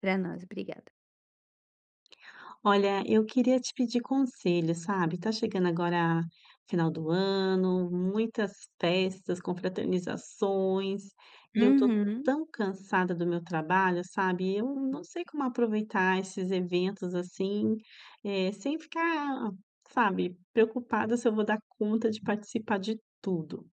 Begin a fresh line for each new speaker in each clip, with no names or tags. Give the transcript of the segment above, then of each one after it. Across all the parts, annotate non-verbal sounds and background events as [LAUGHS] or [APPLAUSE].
Para nós, obrigada.
Olha, eu queria te pedir conselho, sabe? Tá chegando agora final do ano, muitas festas, confraternizações, e eu tô
Uhum.
tão cansada do meu trabalho, sabe? Eu não sei como aproveitar esses eventos assim, sem ficar, sabe, preocupada se eu vou dar conta de participar de tudo,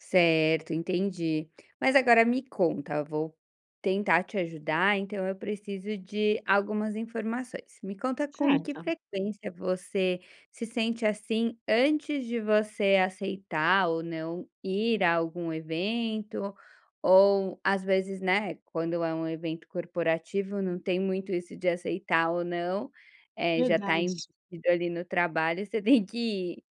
Certo, entendi. Mas agora me conta, vou tentar te ajudar, então eu preciso de algumas informações. Me conta com que
certo?
frequência você se sente assim antes de você aceitar ou não ir a algum evento, ou às vezes, né, quando é um evento corporativo, não tem muito isso de aceitar ou não, já está
Verdade.
embutido ali no trabalho, você tem que ir.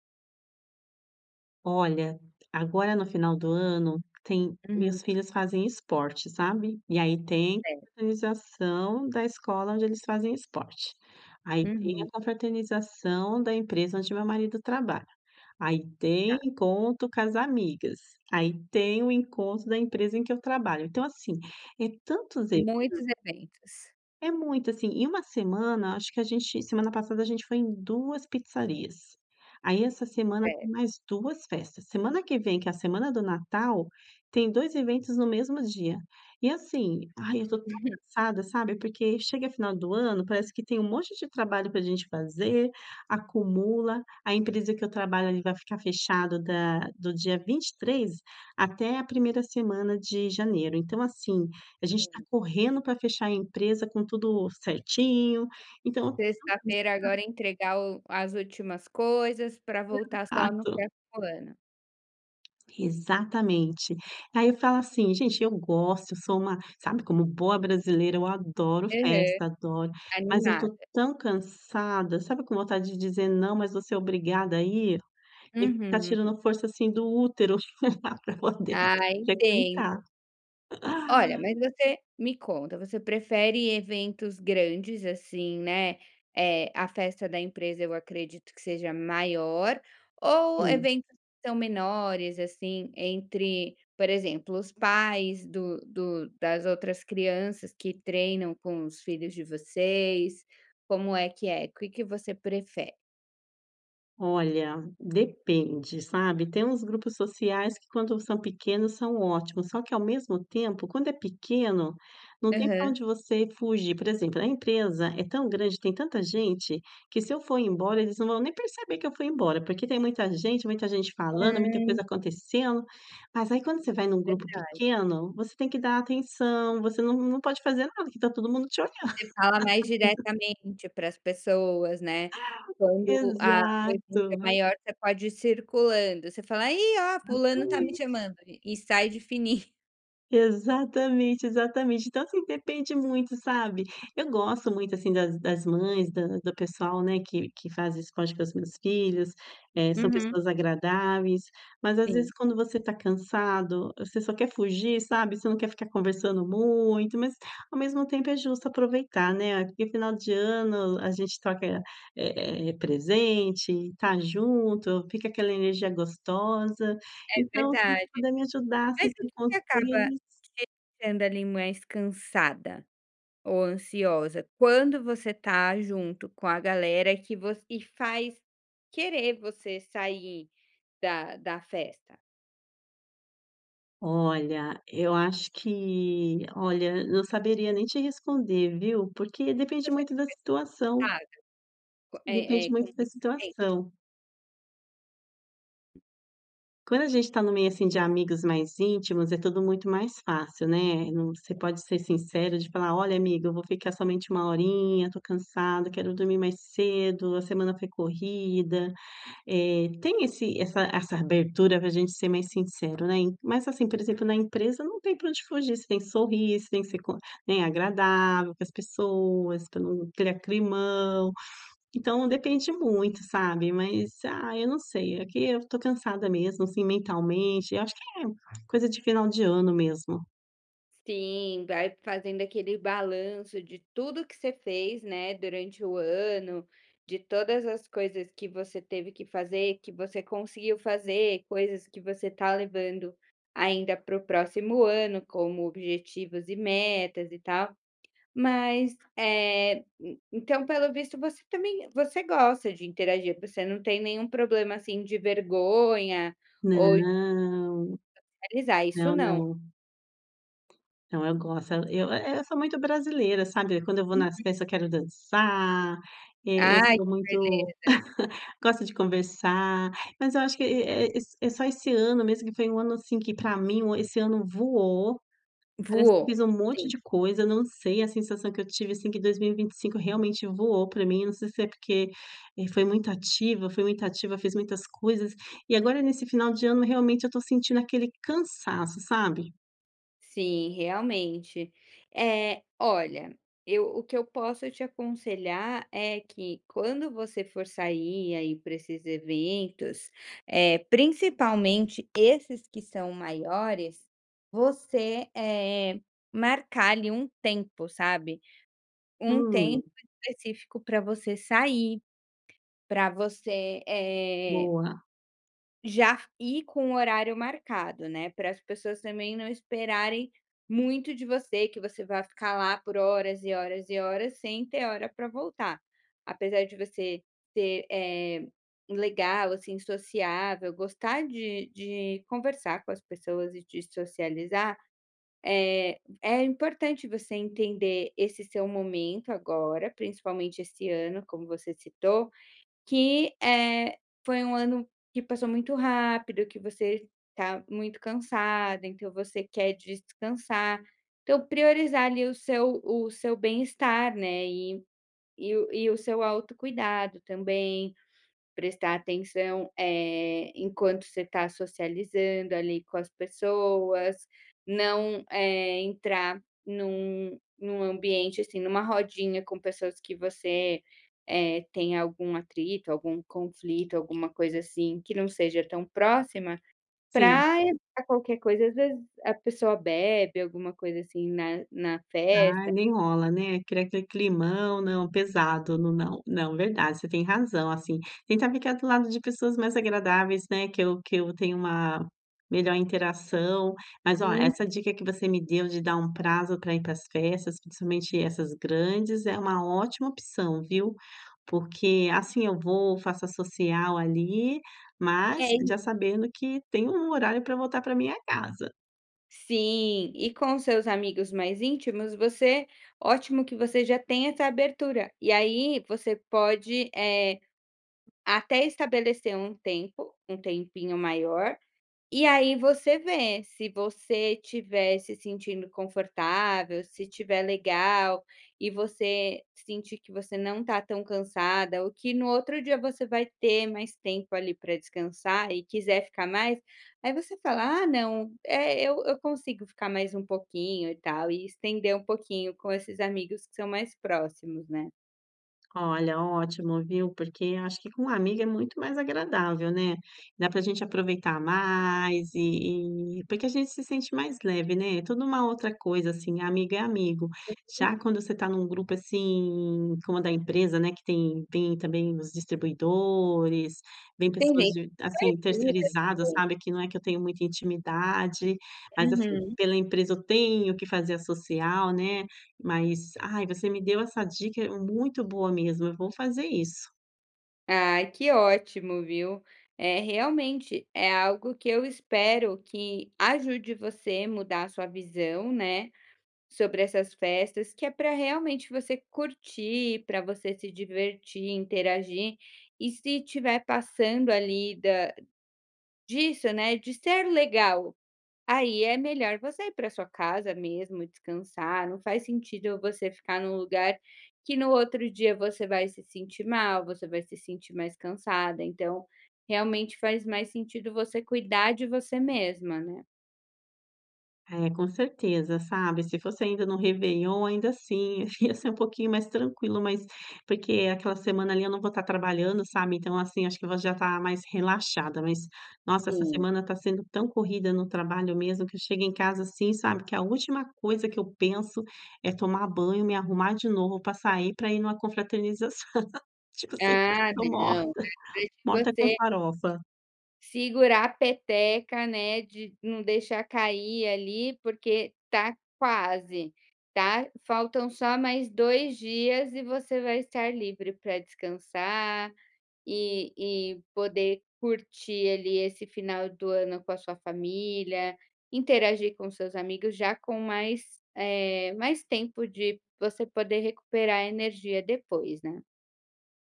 Olha, agora no final do ano tem
Uhum.
meus filhos fazem esporte, sabe? E aí tem a
Certo.
confraternização da escola onde eles fazem esporte. Aí tem
Uhum,
a confraternização da empresa onde meu marido trabalha. Aí tem
tá.
encontro com as amigas. Aí tem o encontro da empresa em que eu trabalho. Então, assim, é tantos
Muitos eventos.
é muito, assim, em uma semana, acho que a gente semana passada a gente foi em 2 pizzarias. Aí essa semana tem
Certo.
mais 2 festas. Semana que vem, que é a semana do Natal, tem 2 eventos no mesmo dia. E assim, ai, eu tô tão
[LAUGHS]
cansada, sabe, porque chega final do ano, parece que tem um monte de trabalho pra gente fazer, acumula. A empresa que eu trabalho ali vai ficar fechado da do dia 23 até a primeira semana de janeiro. Então assim, a gente está correndo para fechar a empresa com tudo certinho, então.
Sexta-feira agora entregar o as últimas coisas para voltar só no
Exato,
próximo ano.
exatamente. Aí eu falo assim: "Gente, eu gosto, eu sou uma", sabe, como boa brasileira, eu adoro
Aham,
festa, adoro, mas eu tô
animada.
tão cansada, sabe, com vontade de dizer: "Não, mas você é obrigada a ir", e tá
Uhum.
tirando força, assim, do útero [LAUGHS] para poder
Ah,
frequentar.
entendo. Olha, mas você me conta, você prefere eventos grandes, assim, né, a festa da empresa eu acredito que seja maior, ou
Sim.
eventos que são menores, assim, entre, por exemplo, os pais do do das outras crianças que treinam com os filhos de vocês, como é que é? O que que você prefere?
Olha, depende, sabe? Tem uns grupos sociais que, quando são pequenos, são ótimos, só que, ao mesmo tempo, quando é pequeno, não tem para
Aham.
onde você fugir. Por exemplo, a empresa é tão grande, tem tanta gente, que, se eu for embora, eles não vão nem perceber que eu fui embora, porque tem muita gente
Hã.
falando, muita coisa acontecendo. Mas aí, quando você vai num grupo pequeno, você tem que dar atenção, você não pode fazer nada, que tá todo mundo te olhando.
Você fala mais diretamente para as pessoas, né. Quando a o evento
Exato,
é maior, você pode ir circulando. Você fala: "Aí, ó, fulano tá me
exatamente.
chamando", e sai de fininho.
Exatamente, exatamente. Então, assim, depende muito, sabe. Eu gosto muito, assim, das mães, da do pessoal, né, que faz isso com que os meus filhos, são
Uhum,
pessoas
[LAUGHS]
agradáveis, mas às
sim.
vezes, quando você tá cansado, você só quer fugir, sabe, você não quer ficar conversando muito, mas, ao mesmo tempo, é justo aproveitar, né, porque final de ano a gente troca, presente, tá junto, fica aquela energia gostosa.
É
Então, se você
verdade.
puder me ajudar, assim,
Mas o
com
que que acaba
conselhos.
te deixando ali mais cansada ou ansiosa? Quando você tá junto com a galera que você e faz querer você sair da festa?
Olha, eu acho que, olha, não saberia nem te responder, viu, porque depende
Você
muito da situação,
tá co é
depende
é com
muito da
muita gente?
situação. Quando a gente está no meio, assim, de amigos mais íntimos, é tudo muito mais fácil, né, não, você pode ser sincero de falar: "Olha, amiga, eu vou ficar somente uma horinha, tô cansado, quero dormir mais cedo, a semana foi corrida". Tem esse essa essa abertura para a gente ser mais sincero, né, mas, assim, por exemplo, na empresa não tem para onde fugir, você tem que sorrir, você tem que ser co né, agradável com as pessoas, para não criar climão, então depende muito, sabe, mas, ah, eu não sei, aqui eu tô cansada mesmo, assim, mentalmente, eu acho que é coisa de final de ano mesmo.
Sim, vai fazendo aquele balanço de tudo que você fez, né, durante o ano, de todas as coisas que você teve que fazer, que você conseguiu fazer, coisas que você está levando ainda para o próximo ano, como objetivos e metas e tal. Mas, então, pelo visto, você também, você gosta de interagir, você não tem nenhum problema, assim, de vergonha ou de
Não,
realizar, isso
não,
não.
não, não, eu gosto, eu sou muito brasileira, sabe, quando eu vou nas festas eu quero dançar, eu
Ai,
sou muito. Gosta de conversar, mas eu acho que é só esse ano mesmo, que foi um ano, assim, que, pra mim, esse ano voou, parece que eu
voou.
fiz um monte
Sim.
de coisa, não sei, a sensação que eu tive, assim, que 2025 realmente voou pra mim, não sei se é porque, foi muito ativa fui muito ativa, fiz muitas coisas, e agora nesse final de ano realmente eu tô sentindo aquele cansaço, sabe.
Sim, realmente. Olha, eu o que eu posso te aconselhar é que quando você for sair aí para esses eventos, principalmente esses que são maiores, você, é marcar ali um tempo, sabe? Um
Hum,
tempo específico para você sair, para você,
boa.
já ir com o horário marcado, né, para as pessoas também não esperarem muito de você, que você vai ficar lá por horas e horas e horas sem ter hora para voltar. Apesar de você ser, legal, assim, sociável, gostar de conversar com as pessoas e de socializar, é importante você entender esse seu momento agora, principalmente esse ano, como você citou, que, foi um ano que passou muito rápido, que você está muito cansada, então você quer descansar. Então priorizar ali o seu bem-estar, né, e o seu autocuidado também. Prestar atenção, enquanto você está socializando ali com as pessoas, não, entrar num ambiente, assim, numa rodinha com pessoas que você, tem algum atrito, algum conflito, alguma coisa assim, que não seja tão próxima.
Sim.
Para evitar qualquer coisa. Às vezes a pessoa bebe alguma coisa assim na
Ah,
festa.
nem rola, né, cria aquele climão, não, pesado, no não. Não, verdade, você tem razão, assim, tentar ficar do lado de pessoas mais agradáveis, né, que eu tenho uma melhor interação. Mas, ó,
Sim,
essa dica que você me deu de dar um prazo para ir para as festas, principalmente essas grandes, é uma ótima opção, viu. Porque, assim, eu vou, faço a social ali, mas já
É
sabendo que tem um horário para voltar para minha casa.
Sim, e com seus amigos mais íntimos, você ótimo que você já tem essa abertura. E aí você pode, até estabelecer um tempo, um tempinho maior e aí você vê, se você estiver se sentindo confortável, se estiver legal e você sentir que você não está tão cansada ou que no outro dia você vai ter mais tempo ali para descansar e quiser ficar mais, aí você fala: "Ah não, eu consigo ficar mais um pouquinho e tal", e estender um pouquinho com esses amigos que são mais próximos, né.
Olha, ótimo, viu? Porque acho que com amiga é muito mais agradável, né? Dá pra gente aproveitar mais porque a gente se sente mais leve, né? É tudo uma outra coisa, assim, amiga é amigo. Já quando você tá num grupo assim, como o da empresa, né? Que tem também os distribuidores, vem
Tem
pessoas
gente que é
assim,
assim,
terceirizadas,
né?
sabe? Que não é que eu tenho muita intimidade, mas, assim,
Uhum.
pela empresa eu tenho que fazer a social, né? Mas, ai, você me deu essa dica muito boa mesmo, eu vou fazer isso.
Ai, que ótimo, viu. É, realmente, é algo que eu espero que ajude você a mudar a sua visão, né, sobre essas festas, que é para realmente você curtir, para você se divertir, interagir, e se tiver passando ali da disso, né, de ser legal. Aí é melhor você ir para sua casa mesmo, descansar, não faz sentido você ficar num lugar que no outro dia você vai se sentir mal, você vai se sentir mais cansada, então, realmente faz mais sentido você cuidar de você mesma, né.
É, com certeza, sabe, se fosse ainda no réveillon, ainda assim, [LAUGHS] ia ser um pouquinho mais tranquilo, mas porque aquela semana ali eu não vou estar trabalhando, sabe, então, assim, acho que eu vou já estar mais relaxada, mas, nossa, essa
Sim.
semana está sendo tão corrida no trabalho mesmo, que eu chego em casa, assim, sabe, que a última coisa que eu penso é tomar banho, me arrumar de novo para sair, para ir numa confraternização, [LAUGHS] tipo assim,
Ah,
tô
não.
morta,
É de
morta com
você
farofa.
segurar a peteca, né, de não deixar cair ali, porque tá quase, tá faltam só mais 2 dias e você vai estar livre para descansar E e poder curtir ali esse final do ano com a sua família, interagir com seus amigos já com mais tempo de você poder recuperar a energia depois, né.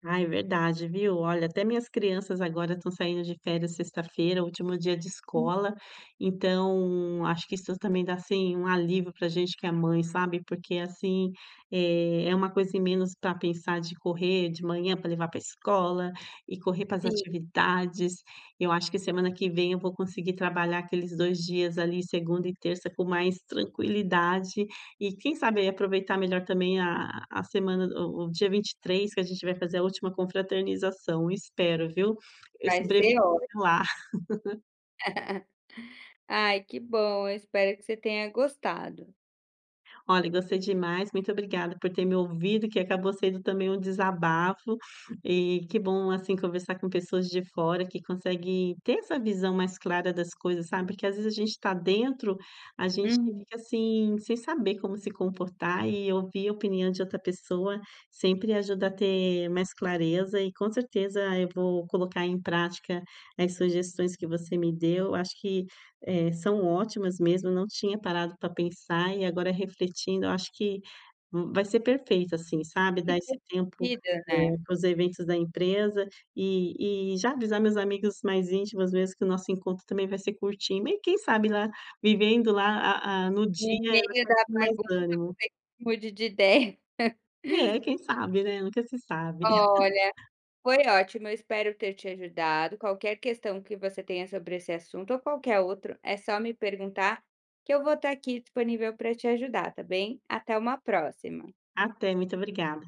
Ai, verdade, viu? Olha, até minhas crianças agora estão saindo de férias sexta-feira, último dia de escola. Então, acho que isso também dá assim um alívio para a gente que é mãe, sabe? Porque assim é uma coisa em menos para pensar, de correr de manhã para levar para a escola e correr para as
Sim,
atividades. Eu acho que semana que vem eu vou conseguir trabalhar aqueles 2 dias ali, segunda e terça, com mais tranquilidade, e quem sabe aproveitar melhor também a semana, o dia 23, que a gente vai fazer a última confraternização, espero, viu? Eu
vai
sobrevivi
ser ótimo.
até lá.
Ai, que bom, eu espero que você tenha gostado.
Olha, gostei demais, muito obrigada por ter me ouvido, que acabou sendo também um desabafo, e que bom, assim, conversar com pessoas de fora que conseguem ter essa visão mais clara das coisas, sabe, porque às vezes a gente está dentro, a gente
Uhum.
fica assim, sem saber como se comportar, e ouvir a opinião de outra pessoa sempre ajuda a ter mais clareza, e com certeza eu vou colocar em prática as sugestões que você me deu, acho que são ótimas mesmo, não tinha parado para pensar, e agora, refletindo, eu acho que v vai ser perfeito, assim, sabe,
E
dar esse
faz
tempo,
sentido, né.
para os eventos da empresa, e já avisar meus amigos mais íntimos mesmo que o nosso encontro também vai ser curtinho, e quem sabe, lá, vivendo lá, a no dia
No meio
eu
da
tenho mais
bagunça
ânimo.
mude de ideia.
É, quem sabe, né, nunca se sabe. [LAUGHS]
Olha, foi ótimo, eu espero ter te ajudado. Qualquer questão que você tenha sobre esse assunto ou qualquer outro, é só me perguntar que eu vou estar aqui disponível para te ajudar, tá bem? Até uma próxima.
Até, muito obrigada.